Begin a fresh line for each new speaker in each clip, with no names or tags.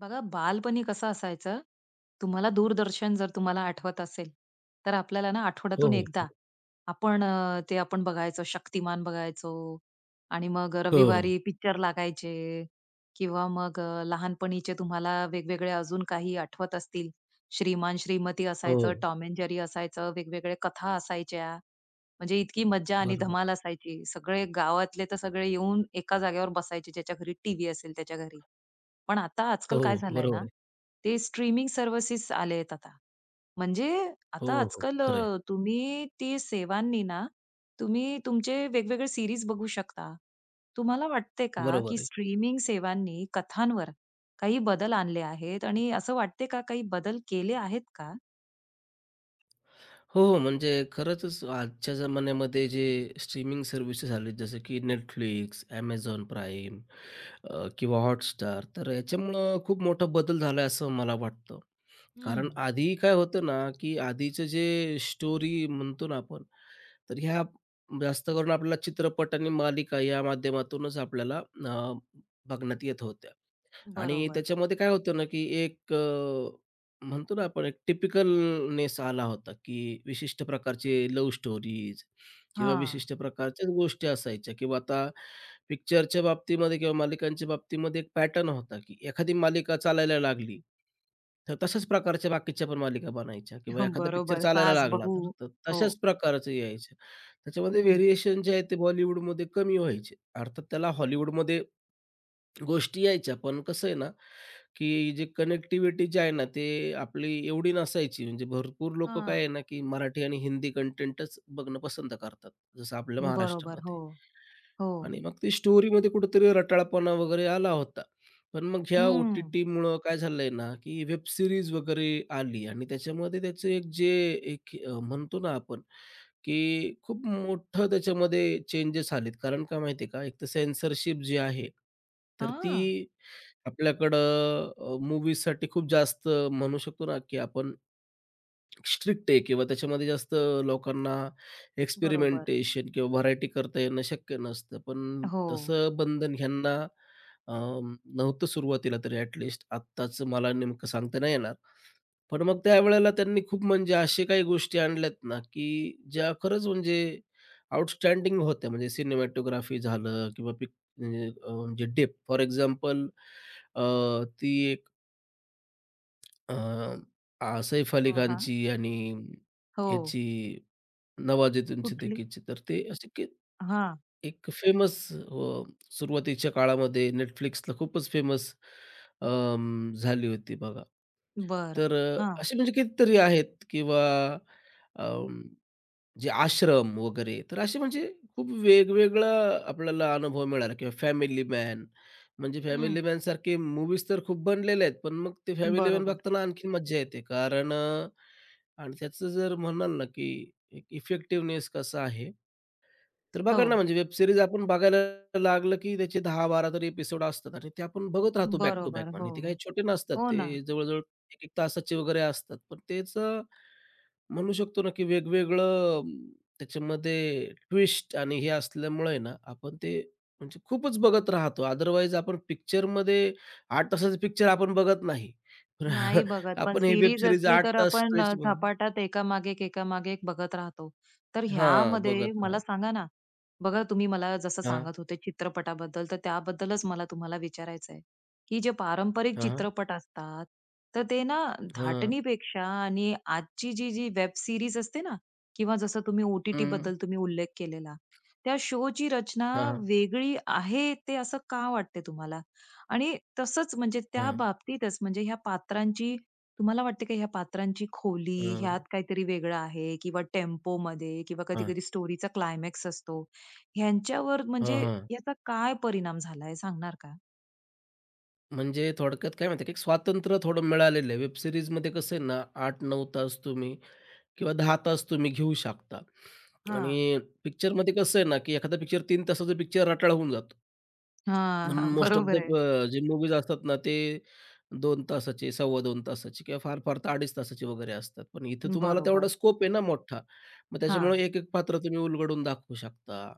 बघा, बालपणी कसं असायचं, तुम्हाला दूरदर्शन जर तुम्हाला आठवत असेल, तर आपल्याला ना
हो,
आठवड्यातून
हो.
एकदा आपण अ, ते आपण बघायचो, शक्तिमान बघायचो आणि मग
हो, हो.
रविवारी पिक्चर लागायचे किंवा मग लहानपणीचे तुम्हाला वेगवेगळे अजून काही आठवत असतील, श्रीमान श्रीमती
हो.
असायचं, टॉम एंड जेरी असायचं, वेगवेगळ्या कथा असायच्या. म्हणजे इतकी मज्जा आणि
बरोबर आहे.
धमाल असायची. सगळे गावातले तर सगळे येऊन एका जागेवर बसायचे, ज्याच्या घरी टीव्ही असेल त्याच्या घरी. पण आता
हो,
आजकाल काय
हो.
झालंय
बरोबर
ना,
आहे.
ते स्ट्रीमिंग सर्व्हिसेस आलेत आता. म्हणजे
हो,
आता
हो.
आजकाल
खरं आहे.
तुम्ही ती सेवांनी ना, तुम्ही तुमचे वेगवेगळे सीरीज बघू शकता. तुम्हाला वाटते का, की
बरोबर आहे.
स्ट्रीमिंग सेवांनी कथांवर काही बदल आणले आहेत आणि असं वाटते का, काही बदल केले आहेत का?
हो, हो. म्हणजे खरंचच आजच्या जमान्यामध्ये जे स्ट्रीमिंग सर्व्हिसेस आलेत जसं की Netflix, Amazon Prime किंवा Hotstar तर याच्यामुळं खूप मोठा बदल झाला आहे असं मला वाटतं.
हं.
कारण आधी काय होतं ना, की आधीचं जे स्टोरी म्हणतो ना आपण, तर ह्या जास्त करून आपल्याला चित्रपट आणि मालिका या माध्यमातूनच आपल्याला बघण्यात येत होत्या. आणि
बरोबर.
त्याच्यामध्ये काय होतं ना, की एक म्हणतो ना आपण एक टिपिकलनेस आला होता, की विशिष्ट प्रकारचे लव्ह स्टोरीज किंवा
हां.
विशिष्ट प्रकारच्याच गोष्टी असायच्या किंवा आता पिक्चरच्या बाबतीमध्ये किंवा मालिकांच्या बाबतीमध्ये एक पॅटर्न होता, की एखादी मालिका चालायला लागली, तर तशाच प्रकारच्या बाकीच्या पण मालिका बनायच्या किंवा एखादा पिक्चर
बरोबर.
चालायला लागला,
सास-बहू.
तर तर
हो.
तशाच प्रकारचं यायचं. त्याच्यामध्ये
हं.
व्हेरिएशन जे आहे ते बॉलिवूडमध्ये कमी व्हायचे. अर्थात त्याला हॉलिवूडमध्ये गोष्टी यायच्या, पण कसं आहे ना की जे कनेक्टिव्हिटी जी आहे ना, ते आपली एवढी नसायची. म्हणजे भरपूर लोकं काय
हां.
आहे ना, की मराठी आणि हिंदी कंटेंटच बघणं पसंत करतात, जसं आपल्या
बरोबर.
महाराष्ट्रामध्ये.
हो. हो.
आणि मग ते स्टोरीमध्ये कुठेतरी रटाळपणा वगैरे आला होता. पण मग ह्या
हं.
ओ-टी-टीमुळं काय झालंय ना, की वेब सीरीज वगैरे आली आणि त्याच्यामध्ये त्याचं एक जे एक म्हणतो ना आपण, की खूप मोठं त्याच्यामध्ये चेंजेस आलेत. कारण का माहिती आहे का, एक तर सेन्सरशिप जी आहे, तर
हां.
ती आपल्याकडं मूव्हीजसाठी खूप जास्त म्हणू शकतो ना, की आपण स्ट्रिक्ट आहे किंवा त्याच्यामध्ये जास्त लोकांना
बरोबर.
एक्सपेरिमेंटेशन किंवा व्हरायटी करता येणं शक्य नसतं. पण
हो.
तसं बंधन ह्यांना अ, नव्हतं सुरुवातीला तरी ॲटलीस्ट. आत्ताच मला नेमकं सांगता नाही येणार. पण मग त्यावेळेला त्यांनी खूप म्हणजे अशा काही गोष्टी आणल्यात ना, की ज्या खरंच म्हणजे आउटस्टँडिंग होत्या. म्हणजे सिनेमॅटोग्राफी झालं किंवा पिक म्हणजे म्हणजे फॉर एक्झाम्पल ती एक अ, सैफ अली
हा,
खानची आणि
हो.
ह्याची नवाजुद्दीन
कुठली?
सिद्दीकीची. तर ते असे की
हा,
एक फेमस सुरुवातीच्या काळामध्ये Netflixला खूपच फेमस झाली होती बघा.
बर,
तर
हा,
असे म्हणजे कितीतरी आहेत किंवा जे आश्रम वगैरे, तर असे म्हणजे खूप वेगवेगळा आपल्याला अनुभव मिळाला किंवा फॅमिली मॅन, म्हणजे फॅमिली
हं.
मॅनसारखे मूव्हीज तर खूप बनलेल्या आहेत, पण मग ते फॅमिली मॅन
बरोबर.
बघताना आणखीन मज्जा येते. कारण आणि त्याचं जर म्हणाल ना, की एक इफेक्टिव्हनेस कसा आहे, तर
हो.
बघा ना, म्हणजे वेब सीरीज आपण बघायला लागलं, की त्याचे 10-12 तरी एपिसोड असतात आणि ते आपण बघत राहतो बॅक टू
बरोबर.
बॅक
हो.
आणि ते काही छोटे नसतात.
हो ना.
ते जवळ-जवळ 1-1 तासाचे वगैरे असतात. पण तेच म्हणू शकतो ना, की वेगवेगळं अं, त्याच्यामध्ये ट्विस्ट आणि हे असल्यामुळे ना, आपण ते म्हणजे खूपच बघत राहतो. अदरवाईज आपण पिक्चरमध्ये 8 तासाचा पिक्चर आपण बघत नाही. पण
नाही बघत. पण
आपण हे वेब
सीरीज
सीरीज
असली
8
तर
तास
आपण
स्ट्रेच म्हणून
झपाट्यात एकामागे एक, एकामागे एक बघत राहतो. तर ह्यामध्ये
बघत
मला
राहतो.
सांगा ना, बघा तुम्ही मला जसं
हां,
सांगत होते चित्रपटाबद्दल, तर त्याबद्दलच मला तुम्हाला विचारायचं आहे, की जे पारंपरिक
हां, हां,
चित्रपट असतात, तर ते ना
हं,
धाटणीपेक्षा आणि आजची जी वेब सीरीज असते ना किंवा जसं तुम्ही ओ टी तुम्ही उल्लेख केलेला, त्या शोची रचना
हां,
वेगळी आहे, ते असं का वाटते तुम्हाला? आणि तसंच म्हणजे त्या
हां,
बाबतीतच म्हणजे ह्या पात्रांची तुम्हाला वाटते का ह्या पात्रांची खोली
हां,
ह्यात काहीतरी वेगळं आहे किंवा टेम्पो मध्ये किंवा
हां,
कधी-कधी स्टोरीचा क्लायमॅक्स असतो. ह्यांच्यावर
हां,
म्हणजे
हां.
याचा काय परिणाम झालाय सांगणार का?
म्हणजे थोडक्यात काय माहिती आहे, की स्वातंत्र्य थोडं मिळालेलं आहे. वेब सीरीजमध्ये कसं आहे ना, 8-9 तास तुम्ही किंवा 10 तास तुम्ही घेऊ शकता.
हां.
आणि पिक्चरमध्ये कसं आहे ना, की एखादा पिक्चर 3 तासाचा पिक्चर रटाळ होऊन जातो. म्हणून
हां,
मोस्ट ऑफ द
बरोबर आहे.
जे मूव्हीज असतात ना, ते 2 तासाचे, सव्वा 2 तासाचे किंवा फार-फार तर 2.5 तासाचे वगैरे असतात. पण इथे तुम्हाला तेवढा
बरोबर.
स्कोप आहे ना मोठा. मग त्याच्यामुळे
हां.
एक-एक पात्र तुम्ही उलगडून दाखवू शकता.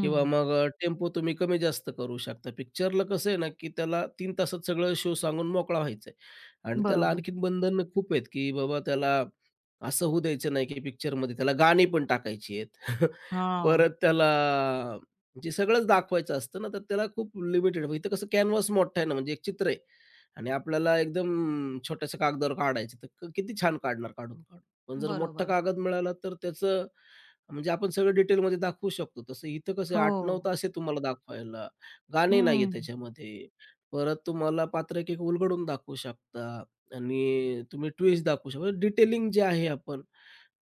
किंवा मग टेम्पो तुम्ही कमी जास्त करू शकता. पिक्चरला कसं आहे ना, की त्याला तीन तासात सगळं शो सांगून मोकळा व्हायचा आहे आणि त्याला
बरोबर.
आणखीन बंधनं खूप आहेत, की बाबा त्याला असं होऊ द्यायचं नाही, की पिक्चरमध्ये त्याला गाणी पण टाकायची आहेत.
हां.
परत त्याला म्हणजे सगळंच दाखवायचं असतं ना, तर त्याला खूप लिमिटेड इथं कसं कॅनव्हास मोठा आहे ना, म्हणजे एक चित्र आहे आणि आपल्याला एकदम छोट्याशा कागदावर काढायचं, तर किती छान काढणार काढून-काढून. पण जर मोठा
बरोबर.
कागद मिळाला, तर त्याचं म्हणजे आपण सगळं डिटेलमध्ये दाखवू शकतो. तसं इथं कसं
हो.
8-9 तास आहे तुम्हाला दाखवायला. गाणे नाहीये
हं.
त्याच्यामध्ये. परत तुम्हाला पात्र एक-एक उलगडून दाखवू शकता आणि तुम्ही ट्विस्ट दाखवू शकता. डिटेलिंग जे आहे आपण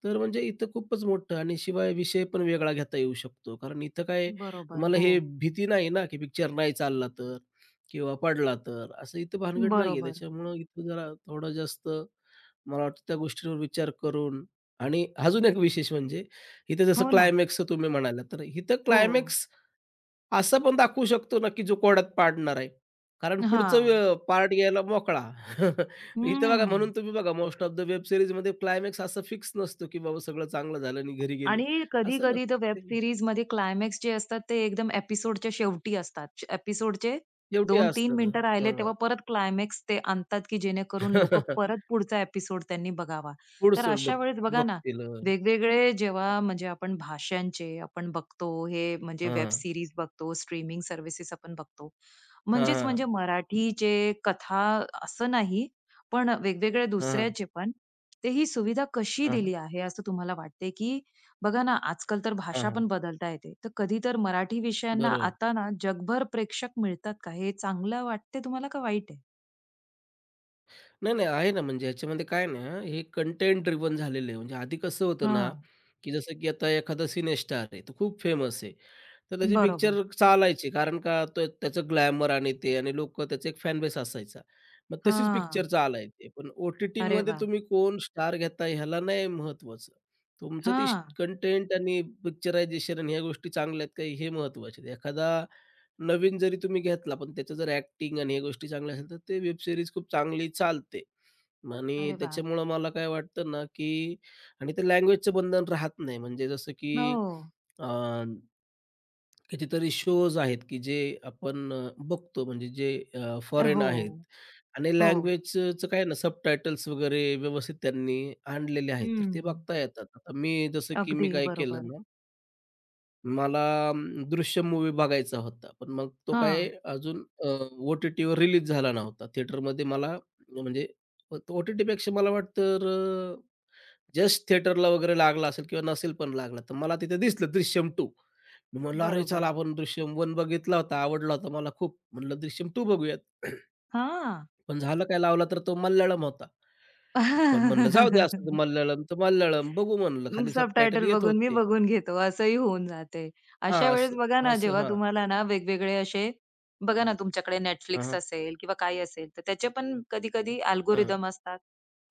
तर म्हणजे इथं खूपच मोठं आणि शिवाय विषय पण वेगळा घेता येऊ शकतो. कारण इथं काय
बरोबर.
तुम्हाला
हो.
हे भीती नाही ना, की पिक्चर नाही चालला तर किंवा पडला तर. असं इथं भानगड नाहीये.
बरोबर.
त्याच्यामुळं इथं जरा थोडं जास्त मला वाटतं त्या गोष्टींवर विचार करून आणि अजून एक विशेष म्हणजे इथे जसं
हो ना.
क्लायमॅक्सचं तुम्ही म्हणालात, तर इथं
हो.
क्लायमॅक्स असं पण दाखवू शकतो ना, की जो कोड्यात पाडणार आहे. कारण पुढचं
हां.
पार्ट यायला मोकळा. इथं बघा
हं.
म्हणून तुम्ही बघा मोस्ट ऑफ द वेब सीरीजमध्ये क्लायमॅक्स असं फिक्स नसतो, की बाबा सगळं चांगलं झालं आणि घरी गेले.
आणि
असं
कधी-कधी तर
नसतं
वेब
ते.
सीरीजमध्ये क्लायमॅक्स जे असतात ते एकदम एपिसोडच्या शेवटी असतात. एपिसोडचे
शेवटी
2-3
असतात.
मिनिटं राहिले
हां.
तेव्हा परत क्लायमॅक्स ते आणतात, की जेणेकरून लोकं
पुढसूळ
परत पुढचा एपिसोड त्यांनी बघावा. तर
बघ
अशा वेळेस बघा ना,
बघतील. हां.
वेगवेगळे जेव्हा म्हणजे आपण भाषांचे आपण बघतो, हे म्हणजे वेब
हां.
सीरीज बघतो, स्ट्रीमिंग सर्व्हिसेस आपण बघतो.
हां,
म्हणजेच
हां.
म्हणजे मराठीचे कथा असं नाही, पण वेगवेगळ्या
हां,
दुसऱ्याचे पण, तर ही सुविधा कशी
हां.
दिली आहे असं तुम्हाला वाटते, की बघा ना, आजकाल तर भाषा
हां,
पण बदलता येते. तर कधी तर मराठी विषयांना
बरोबर.
आता ना जगभर प्रेक्षक मिळतात का? हे चांगलं वाटते तुम्हाला का वाईट आहे?
नाही, नाही. आहे ना, म्हणजे ह्याच्यामध्ये काय ना, हे कंटेंट ड्रिवन झालेलं आहे. म्हणजे आधी कसं होतं ना,
हां,
की जसं की आता एखादा सिनेस्टार आहे, तो खूप फेमस आहे. तर त्याचे
बरोबर.
पिक्चर चालायचे कारण का तो त्याचं ग्लॅमर आणि ते आणि लोकं त्याचा एक फॅन बेस असायचा. मग तशीच पिक्चर
हां.
चालायचे. पण
अरे
ओ-टी-टीमध्ये
वाह!
तुम्ही कोण स्टार घेताय ह्याला नाही महत्त्वाचं. तुमचं ते
हां.
कंटेंट आणि पिक्चरायझेशन आणि ह्या गोष्टी चांगल्या आहेत का हे महत्त्वाचे. एखादा नवीन जरी तुम्ही घेतला, पण त्याचं जर ॲक्टिंग आणि ह्या गोष्टी चांगल्या असेल, तर ते वेब सीरीज खूप चांगली चालते. आणि
अरे वाह!
त्याच्यामुळं मला काय वाटतं ना, की आणि ते लँग्वेजचं बंधन राहत नाही. म्हणजे जसं की
हो.
अ, कितीतरी शोज आहेत, की जे आपण बघतो म्हणजे जे फॉरेन
हो,
आहेत आणि
हो.
लँग्वेजचं काय ना, सबटायटल्स वगैरे व्यवस्थित त्यांनी आणलेले आहेत, तर ते
हं.
बघता येतात. आता मी जसं की
अगदी
काय केलं
बरोबर.
ना मला दृश्यम मूव्ही बघायचा होता. पण मग तो काय
हां.
अजून ओ-टी-टीवर रिलीज झाला नव्हता. थिएटरमध्ये मला म्हणजे ओ-टी-टीपेक्षा मला वाटतं तर अ, जस्ट थिएटरला वगैरे लागला असेल किंवा नसेल पण लागला. तर मला तिथे दिसलं दृश्यम 2. मी म्हणलं, "अरे चला
बरोबर.
आपण दृश्यम 1 बघितला होता, आवडला होता मला खूप." म्हणलं दृश्यम 2 बघूयात.
हां.
पण झालं काय लावला तर तो मल्याळम होता. पण म्हणलं जाऊ दे असं तर मल्याळम तर मल्याळम बघू म्हणलं. खाली सबटायटल
सबटायटल
येत
बघून मी
होते.
बघून घेतो असंही होऊन जाते. अशा
हां, असं,
वेळेस बघा ना,
असं.
जेव्हा
हां.
तुम्हाला ना वेगवेगळे असे बघा ना, हं. तुमच्याकडे
हां,
Netflix
हां.
असेल किंवा काही असेल, तर त्याचे पण कधी-कधी अल्गोरिदम असतात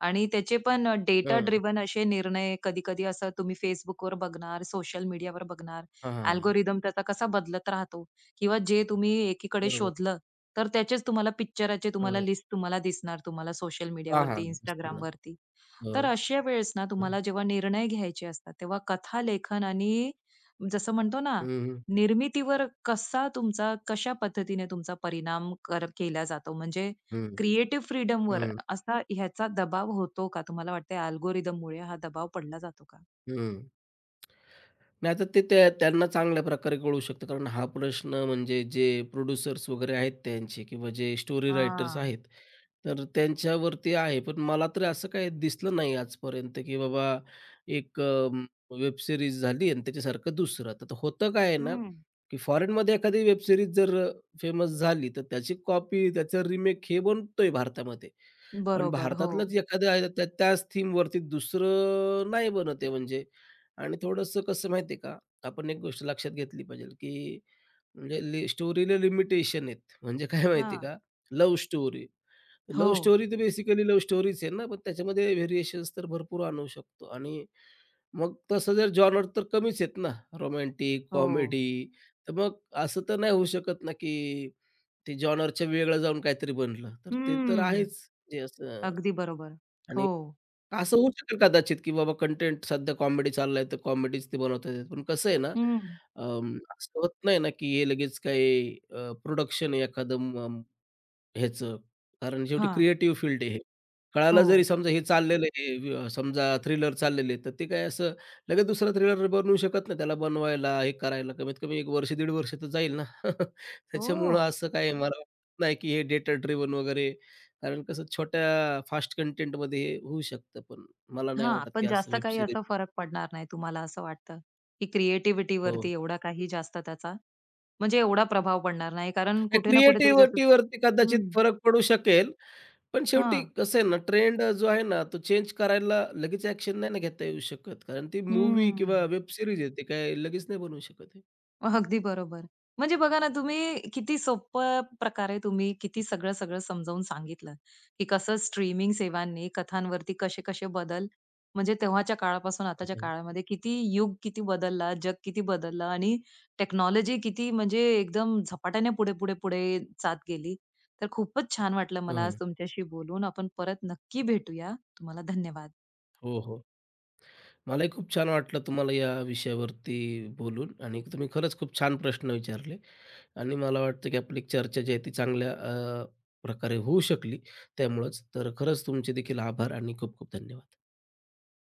आणि त्याचे पण डेटा
हं.
ड्रिव्हन असे निर्णय कधी-कधी असं तुम्ही Facebookवर बघणार, सोशल मीडियावर बघणार,
हां, हां.
अल्गोरिदम त्याचा कसा बदलत राहतो किंवा जे तुम्ही एकीकडे
बरोबर.
शोधलं, तर त्याचेच तुम्हाला पिक्चराचे तुम्हाला
हं.
लिस्ट तुम्हाला दिसणार तुम्हाला सोशल
हां, हां.
मीडियावरती,
असतं ना.
Instagramवरती.
हो.
तर अशा वेळेस ना
हं.
तुम्हाला जेव्हा निर्णय घ्यायचे असतात, तेव्हा कथा लेखन आणि जसं म्हणतो ना,
हं, हं.
निर्मितीवर कसा तुमचा कशा पद्धतीने तुमचा परिणाम केला जातो? म्हणजे
हं,
क्रिएटिव्ह फ्रीडमवर
हं,
असा ह्याचा दबाव होतो का? तुम्हाला वाटतंय अल्गोरिथममुळे हा दबाव पडला जातो का?
हं. नाही तर ते त्या त्यांना चांगल्या प्रकारे कळू शकतं. कारण हा प्रश्न म्हणजे जे प्रोड्युसर्स वगैरे आहेत त्यांचे किंवा जे स्टोरी रायटर्स
हां.
आहेत, तर त्यांच्यावरती आहे. पण मला तरी असं काही दिसलं नाही आजपर्यंत, की बाबा एक वेब सीरीज झाली आणि त्याच्यासारखं दुसरं. तर ते होतं काय आहे ना,
हं.
की फॉरेनमध्ये एखादी वेब सीरीज जर फेमस झाली, तर त्याची कॉपी, त्याचं रिमेक हे बनतोय भारतामध्ये. पण
बरोबर. हो.
भारतातलंच एखादं आहे त्या त्याच थीमवरती दुसरं नाही बनत आहे म्हणजे आणि थोडंसं कसं माहिती का, आपण एक गोष्ट लक्षात घेतली पाहिजे, की म्हणजे स्टोरीला लिमिटेशन आहेत. म्हणजे काय माहिती
हां.
का, लव्ह स्टोरी.
हो,
लव्ह स्टोरी तर बेसिकली लव्ह स्टोरीच आहे ना, पण त्याच्यामध्ये व्हेरिएशन्स तर भरपूर आणू शकतो आणि मग तसं जर जॉनर तर कमीच आहेत ना, रोमॅन्टिक,
हो.
कॉमेडी. तर मग असं तर नाही होऊ शकत ना, की ते जॉनरच्या वेगळं जाऊन काहीतरी बनलं. तर ते तर
हं.
आहेच. जे असं
अगदी बरोबर.
आणि
हो.
असं होऊ शकेल कदाचित, की बाबा कंटेंट सध्या कॉमेडी चाललाय, तर कॉमेडीच ते बनवत आहेत. पण कसं आहे ना,
हं.
असं होत नाही ना, की हे लगेच काही प्रोडक्शन आहे एखादं ह्याचं, कारण शेवटी
हां.
क्रिएटिव्ह फील्ड आहे हे. कळालं
हो.
जरी समजा हे चाललेलं आहे, समजा थ्रिलर चाललेले आहेत, तर ते काय असं लगेच दुसरा थ्रिलर बनवू शकत नाही. त्याला बनवायला, हे करायला कमीत कमी एक वर्ष, दीड वर्ष तर जाईल ना. त्याच्यामुळं
हो.
असं काय मला वाटत नाही, की हे डेटा ड्रिव्हन वगैरे कारण कसं छोट्या फास्ट कंटेंटमध्ये हे होऊ शकतं, पण मला नाही
हां,
वाटत, की
पण
असं
जास्त
वेब
काही
सीरीज
असा फरक पडणार नाही तुम्हाला असं वाटतं, की
हो.
क्रिएटिव्हिटीवरती एवढा काही जास्त त्याचा म्हणजे एवढा प्रभाव पडणार नाही. कारण
नाही
कुठे ना कुठेतरी जसं
क्रिएटिव्हिटीवरती
हं,
कदाचित फरक पडू शकेल, पण शेवटी
हां.
कसं आहे ना, ट्रेंड जो आहे ना, तो चेंज करायला लगेच ॲक्शन नाही ना घेता येऊ शकत. कारण ती मूव्ही
हं.
किंवा वेब सीरीज आहे, ती काय लगेच नाही बनवू शकत आहे.
अगदी बरोबर. म्हणजे बघा ना, तुम्ही किती सोप्या प्रकारे तुम्ही किती सगळं-सगळं समजावून सांगितलं, की कसं स्ट्रीमिंग सेवांनी कथांवरती कसे-कसे बदल म्हणजे तेव्हाच्या काळापासून आताच्या काळामध्ये किती युग किती बदलला, जग किती बदललं आणि टेक्नॉलॉजी किती म्हणजे एकदम झपाट्याने पुढे-पुढे-पुढे जात गेली. तर खूपच छान वाटलं
हं,
मला आज
हं.
तुमच्याशी बोलून. आपण परत नक्की भेटूया. तुम्हाला धन्यवाद.
हो, हो. मलाही खूप छान वाटलं तुम्हाला या विषयावरती बोलून आणि तुम्ही खरंच खूप छान प्रश्न विचारले आणि मला वाटतं की आपली चर्चा जी आहे ती चांगल्या प्रकारे होऊ शकली त्यामुळंच. तर खरंच तुमचे देखील आभार आणि खूप खूप धन्यवाद.